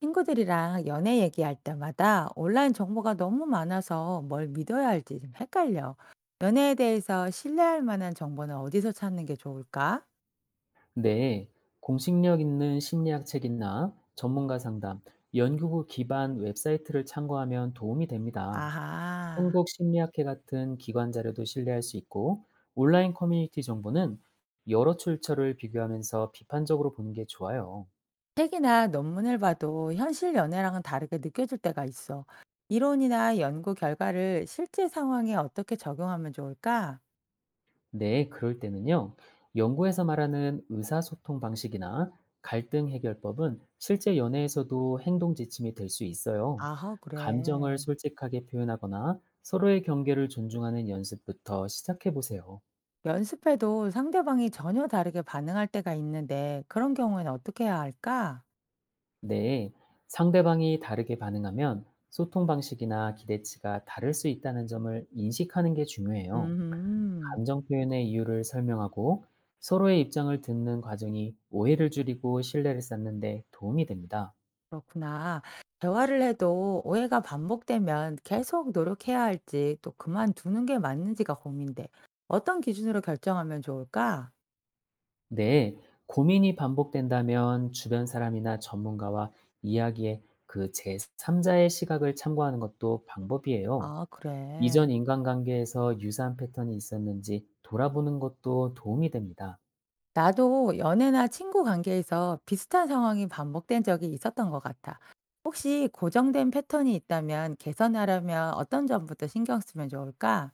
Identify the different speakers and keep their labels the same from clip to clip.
Speaker 1: 친구들이랑 연애 얘기할 때마다 온라인 정보가 너무 많아서 뭘 믿어야 할지 좀 헷갈려. 연애에 대해서 신뢰할 만한 정보는 어디서 찾는 게 좋을까?
Speaker 2: 네, 공식력 있는 심리학 책이나 전문가 상담, 연구 기반 웹사이트를 참고하면 도움이 됩니다.
Speaker 1: 아하.
Speaker 2: 한국심리학회 같은 기관 자료도 신뢰할 수 있고, 온라인 커뮤니티 정보는 여러 출처를 비교하면서 비판적으로 보는 게 좋아요.
Speaker 1: 책이나 논문을 봐도 현실 연애랑은 다르게 느껴질 때가 있어. 이론이나 연구 결과를 실제 상황에 어떻게 적용하면 좋을까?
Speaker 2: 네, 그럴 때는요. 연구에서 말하는 의사소통 방식이나 갈등 해결법은 실제 연애에서도 행동 지침이 될 수 있어요.
Speaker 1: 아하,
Speaker 2: 감정을
Speaker 1: 그래.
Speaker 2: 솔직하게 표현하거나 서로의 경계를 존중하는 연습부터 시작해 보세요.
Speaker 1: 연습해도 상대방이 전혀 다르게 반응할 때가 있는데 그런 경우에는 어떻게 해야 할까?
Speaker 2: 네, 상대방이 다르게 반응하면 소통 방식이나 기대치가 다를 수 있다는 점을 인식하는 게 중요해요.
Speaker 1: 음.
Speaker 2: 감정 표현의 이유를 설명하고 서로의 입장을 듣는 과정이 오해를 줄이고 신뢰를 쌓는 데 도움이 됩니다.
Speaker 1: 그렇구나. 대화를 해도 오해가 반복되면 계속 노력해야 할지 또 그만두는 게 맞는지가 고민돼. 어떤 기준으로 결정하면 좋을까?
Speaker 2: 네, 고민이 반복된다면 주변 사람이나 전문가와 이야기에 그 제3자의 시각을 참고하는 것도 방법이에요.
Speaker 1: 아, 그래.
Speaker 2: 이전 인간관계에서 유사한 패턴이 있었는지 돌아보는 것도 도움이 됩니다.
Speaker 1: 나도 연애나 친구 관계에서 비슷한 상황이 반복된 적이 있었던 것 같아. 혹시 고정된 패턴이 있다면 개선하려면 어떤 점부터 신경 쓰면 좋을까?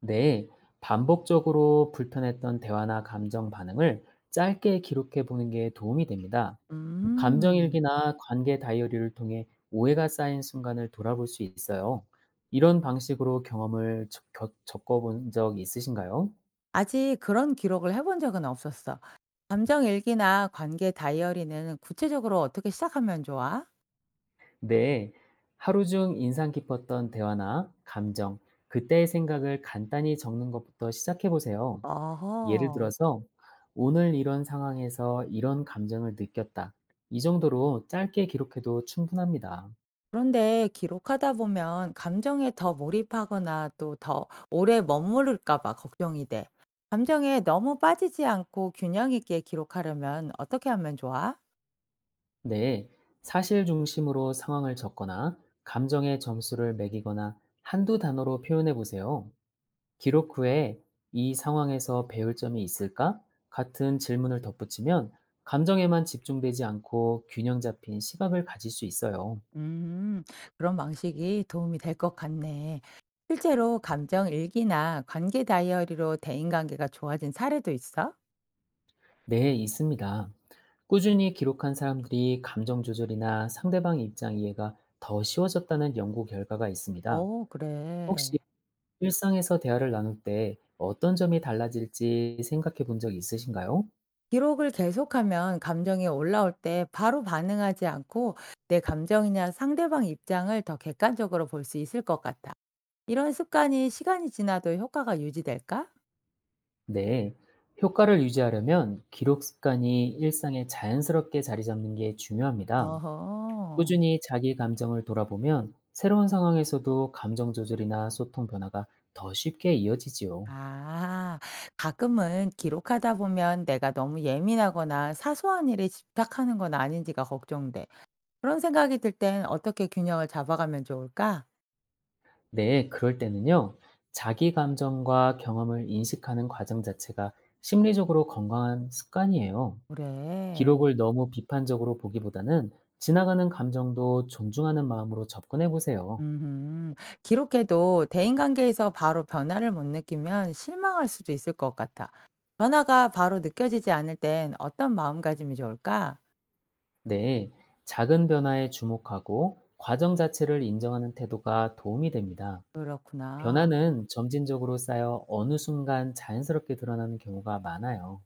Speaker 2: 네, 반복적으로 불편했던 대화나 감정 반응을 짧게 기록해 보는 게 도움이 됩니다.
Speaker 1: 음.
Speaker 2: 감정일기나 관계 다이어리를 통해 오해가 쌓인 순간을 돌아볼 수 있어요. 이런 방식으로 경험을 겪어본 적 있으신가요?
Speaker 1: 아직 그런 기록을 해본 적은 없었어. 감정 일기나 관계 다이어리는 구체적으로 어떻게 시작하면 좋아?
Speaker 2: 네, 하루 중 인상 깊었던 대화나 감정, 그때의 생각을 간단히 적는 것부터 시작해 보세요. 예를
Speaker 1: 어허.
Speaker 2: 들어서 "오늘 이런 상황에서 이런 감정을 느꼈다." 이 정도로 짧게 기록해도 충분합니다.
Speaker 1: 그런데 기록하다 보면 감정에 더 몰입하거나 또 더 오래 머무를까 봐 걱정이 돼. 감정에 너무 빠지지 않고 균형 있게 기록하려면 어떻게 하면 좋아?
Speaker 2: 네, 사실 중심으로 상황을 적거나 감정의 점수를 매기거나 한두 단어로 표현해 보세요. 기록 후에 "이 상황에서 배울 점이 있을까?" 같은 질문을 덧붙이면 감정에만 집중되지 않고 균형 잡힌 시각을 가질 수 있어요.
Speaker 1: 음, 그런 방식이 도움이 될 것 같네. 실제로 감정 일기나 관계 다이어리로 대인관계가 좋아진 사례도 있어?
Speaker 2: 네, 있습니다. 꾸준히 기록한 사람들이 감정 조절이나 상대방 입장 이해가 더 쉬워졌다는 연구 결과가 있습니다.
Speaker 1: 어, 그래.
Speaker 2: 혹시 일상에서 대화를 나눌 때 어떤 점이 달라질지 생각해 본 적 있으신가요?
Speaker 1: 기록을 계속하면 감정이 올라올 때 바로 반응하지 않고 내 감정이나 상대방 입장을 더 객관적으로 볼 수 있을 것 같다. 이런 습관이 시간이 지나도 효과가 유지될까?
Speaker 2: 네. 효과를 유지하려면 기록 습관이 일상에 자연스럽게 자리 잡는 게 중요합니다.
Speaker 1: 어허.
Speaker 2: 꾸준히 자기 감정을 돌아보면 새로운 상황에서도 감정 조절이나 소통 변화가 더 쉽게 이어지지요.
Speaker 1: 아, 가끔은 기록하다 보면 내가 너무 예민하거나 사소한 일에 집착하는 건 아닌지가 걱정돼. 그런 생각이 들 땐 어떻게 균형을 잡아가면 좋을까?
Speaker 2: 네, 그럴 때는요, 자기 감정과 경험을 인식하는 과정 자체가 심리적으로 건강한 습관이에요.
Speaker 1: 그래.
Speaker 2: 기록을 너무 비판적으로 보기보다는 지나가는 감정도 존중하는 마음으로 접근해 보세요.
Speaker 1: 음 기록해도 대인관계에서 바로 변화를 못 느끼면 실망할 수도 있을 것 같아. 변화가 바로 느껴지지 않을 땐 어떤 마음가짐이 좋을까?
Speaker 2: 네, 작은 변화에 주목하고 과정 자체를 인정하는 태도가 도움이 됩니다.
Speaker 1: 그렇구나.
Speaker 2: 변화는 점진적으로 쌓여 어느 순간 자연스럽게 드러나는 경우가 많아요.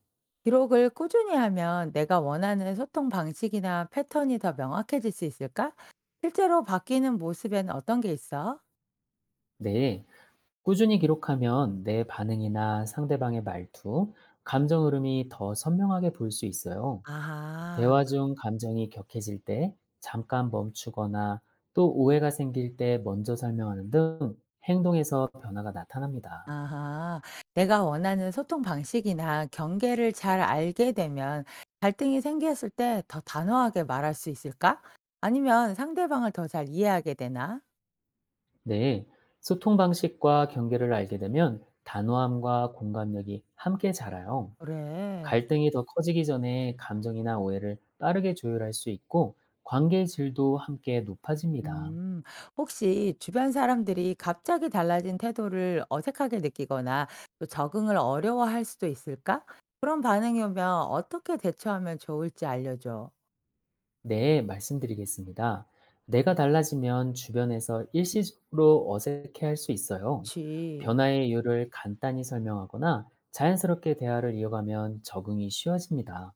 Speaker 1: 기록을 꾸준히 하면 내가 원하는 소통 방식이나 패턴이 더 명확해질 수 있을까? 실제로 바뀌는 모습엔 어떤 게 있어?
Speaker 2: 네, 꾸준히 기록하면 내 반응이나 상대방의 말투, 감정 흐름이 더 선명하게 보일 수 있어요. 대화
Speaker 1: 아하.
Speaker 2: 중 감정이 격해질 때 잠깐 멈추거나 또 오해가 생길 때 먼저 설명하는 등 행동에서 변화가 나타납니다.
Speaker 1: 아하. 내가 원하는 소통 방식이나 경계를 잘 알게 되면 갈등이 생겼을 때 더 단호하게 말할 수 있을까? 아니면 상대방을 더 잘 이해하게 되나?
Speaker 2: 네. 소통 방식과 경계를 알게 되면 단호함과 공감력이 함께 자라요.
Speaker 1: 그래.
Speaker 2: 갈등이 더 커지기 전에 감정이나 오해를 빠르게 조율할 수 있고 관계의 질도 함께 높아집니다.
Speaker 1: 음. 혹시 주변 사람들이 갑자기 달라진 태도를 어색하게 느끼거나 또 적응을 어려워할 수도 있을까? 그런 반응이 오면 어떻게 대처하면 좋을지 알려줘.
Speaker 2: 네, 말씀드리겠습니다. 내가 달라지면 주변에서 일시적으로 어색해할 수 있어요.
Speaker 1: 그치.
Speaker 2: 변화의 이유를 간단히 설명하거나 자연스럽게 대화를 이어가면 적응이 쉬워집니다.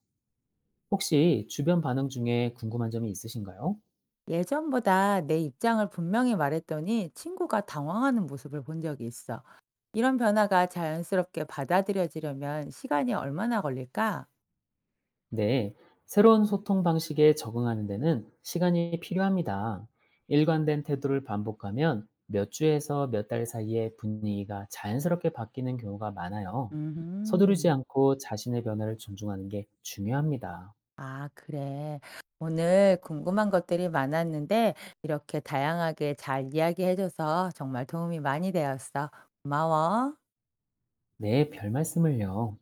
Speaker 2: 혹시 주변 반응 중에 궁금한 점이 있으신가요?
Speaker 1: 예전보다 내 입장을 분명히 말했더니 친구가 당황하는 모습을 본 적이 있어. 이런 변화가 자연스럽게 받아들여지려면 시간이 얼마나 걸릴까?
Speaker 2: 네, 새로운 소통 방식에 적응하는 데는 시간이 필요합니다. 일관된 태도를 반복하면 몇 주에서 몇 달 사이에 분위기가 자연스럽게 바뀌는 경우가 많아요. 서두르지
Speaker 1: 음,
Speaker 2: 않고 자신의 변화를 존중하는 게 중요합니다.
Speaker 1: 아, 그래. 오늘 궁금한 것들이 많았는데 이렇게 다양하게 잘 이야기해줘서 정말 도움이 많이 되었어. 고마워.
Speaker 2: 네, 별 말씀을요.